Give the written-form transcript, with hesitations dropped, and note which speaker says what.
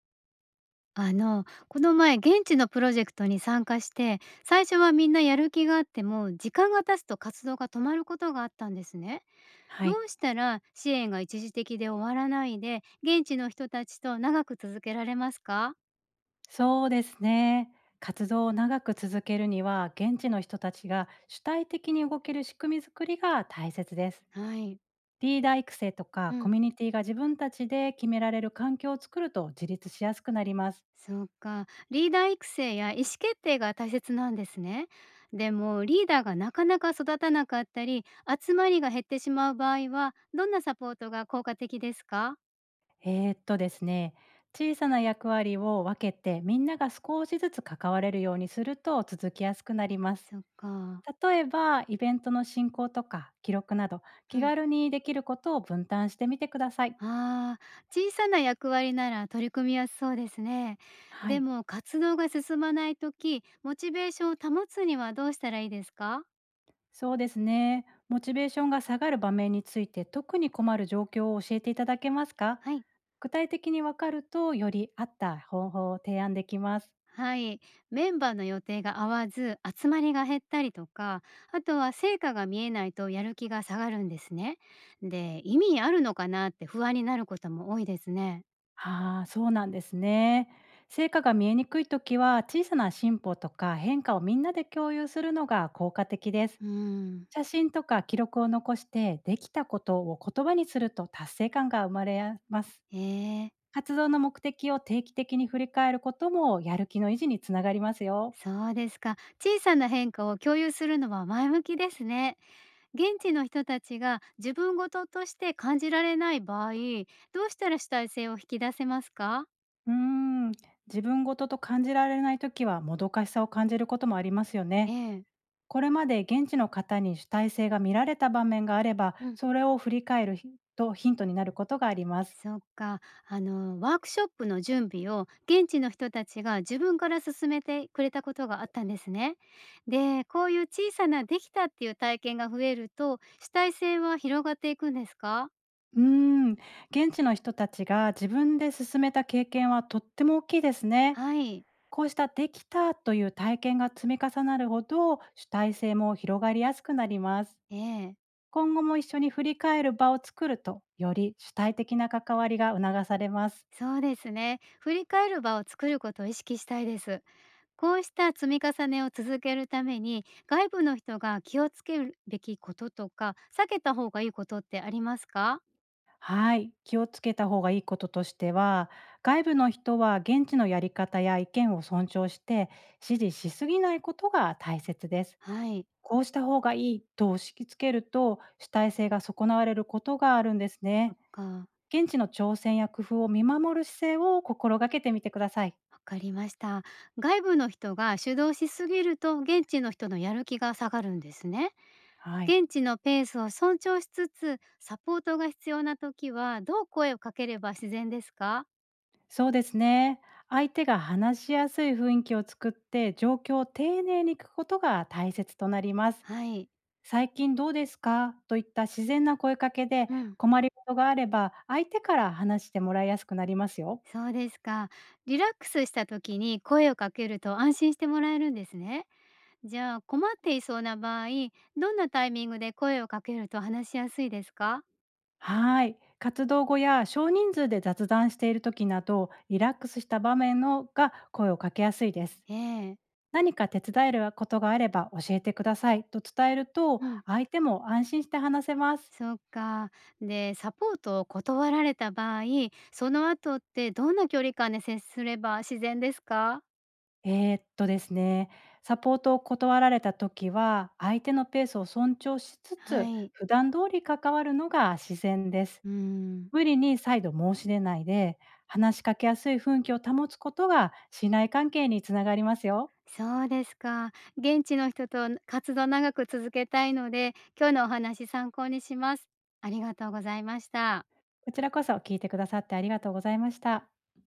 Speaker 1: この前現地のプロジェクトに参加して、最初はみんなやる気があっても、時間が経つと活動が止まることがあったんですね。
Speaker 2: は
Speaker 1: ど
Speaker 2: い、
Speaker 1: うしたら支援が一時的で終わらないで、現地の人たちと長く続けられますか？
Speaker 2: そうですね。活動を長く続けるには、現地の人たちが主体的に動ける仕組み作りが大切です。
Speaker 1: はい。
Speaker 2: リーダー育成と
Speaker 1: う
Speaker 2: かコ
Speaker 1: ん。
Speaker 2: ミュニティが自分たちで決められる環境を作ると自立しやすくなります。
Speaker 1: そうか。リーダー育成や意思決定が大切なんですね。でも、リーダーがなかなか育たなかったり、集まりが減ってしまう場合は、どんなサポートが効果的ですか？
Speaker 2: ですね、小さな役割を分けて、みんなが少しずつ関われるようにすると続きやすくなります。
Speaker 1: そっか。
Speaker 2: 例えば、イベントの進行とか記録など、
Speaker 1: う
Speaker 2: 気
Speaker 1: ん。
Speaker 2: 軽にできることを分担してみてください。
Speaker 1: ああ、小さな役割なら取り組みやすそうですね。
Speaker 2: は
Speaker 1: で
Speaker 2: い。
Speaker 1: も活動が進まないとき、モチベーションを保つにはどうしたらいいですか？
Speaker 2: そうですね。モチベーションが下がる場面について、特に困る状況を教えていただけますか？
Speaker 1: はい。
Speaker 2: 具体的に分かると、より合った方法を提案できます。
Speaker 1: はい。メンバーの予定が合わず、集まりが減ったりとか、あとは成果が見えないとやる気が下がるんですね。で、意味あるのかなって不安になることも多いですね。
Speaker 2: ああ、そうなんですね。成果が見えにくいときは、小さな進歩とか変化をみんなで共有するのが効果的です。
Speaker 1: うん。
Speaker 2: 写真とか記録を残して、できたことを言葉にすると達成感が生まれます。
Speaker 1: ええ。
Speaker 2: 活動の目的を定期的に振り返ることも、やる気の維持につながりますよ。
Speaker 1: そうですか。小さな変化を共有するのは前向きですね。現地の人たちが自分事として感じられない場合、どうしたら主体性を引き出せますか？
Speaker 2: うーん、自分ごとと感じられないときは、もどかしさを感じることもありますよ
Speaker 1: え
Speaker 2: ね。
Speaker 1: え、
Speaker 2: これまで現地の方に主体性が見られた場面があれば、
Speaker 1: うん、
Speaker 2: それを振り返るヒントになることがあります。
Speaker 1: そっか。ワークショップの準備を現地の人たちが自分から進めてくれたことがあったんですね。で、こういう小さなできたっていう体験が増えると、主体性は広がっていくんですか？
Speaker 2: うーん、現地の人たちが自分で進めた経験は、とっても大きいですね。
Speaker 1: はい。
Speaker 2: こうしたできたという体験が積み重なるほど、主体性も広がりやすくなります。
Speaker 1: ええ。
Speaker 2: 今後も一緒に振り返る場を作ると、より主体的な関わりが促されます。
Speaker 1: そうですね。振り返る場を作ることを意識したいです。こうした積み重ねを続けるために、外部の人が気をつけるべきこととか、避けた方がいいことってありますか？
Speaker 2: はい、気をつけた方がいいこととしては、外部の人は現地のやり方や意見を尊重して、支持しすぎないことが大切です。
Speaker 1: はい、
Speaker 2: こうした方がいいと押し付けると、主体性が損なわれることがあるんです
Speaker 1: そっ
Speaker 2: ね。
Speaker 1: か、
Speaker 2: 現地の挑戦や工夫を見守る姿勢を心がけてみてください。
Speaker 1: わかりました。外部の人が主導しすぎると、現地の人のやる気が下がるんですね。
Speaker 2: はい、
Speaker 1: 現地のペースを尊重しつつ、サポートが必要な時は、どう声をかければ自然ですか？
Speaker 2: そうですね。相手が話しやすい雰囲気を作って、状況を丁寧に聞くことが大切となります。
Speaker 1: はい、
Speaker 2: 最近どうですかといった自然な声かけで、
Speaker 1: うん、
Speaker 2: 困りごとがあれば相手から話してもらいやすくなりますよ。
Speaker 1: そうですか。リラックスした時に声をかけると安心してもらえるんですね。じゃあ困っていそうな場合、どんなタイミングで声をかけると話しやすいですか？
Speaker 2: はい。活動後や少人数で雑談している時など、リラックスした場面のが声をかけやすいです。
Speaker 1: ええ。
Speaker 2: 何か手伝えることがあれば教えてくださいと伝えると、
Speaker 1: うん。
Speaker 2: 相手も安心して話せます。
Speaker 1: そっか。で、サポートを断られた場合、その後ってどんな距離感で接すれば自然ですか？
Speaker 2: ですね、サポートを断られた時は、相手のペースを尊重しつ
Speaker 1: は
Speaker 2: つ
Speaker 1: い。
Speaker 2: 普段通り関わるのが自然です。
Speaker 1: うーん。
Speaker 2: 無理に再度申し出ないで、話しかけやすい雰囲気を保つことが信頼関係につながりますよ。
Speaker 1: そうですか。現地の人と活動長く続けたいので、今日のお話参考にします。ありがとうございました。
Speaker 2: こちらこそ、聞いてくださってありがとうございました。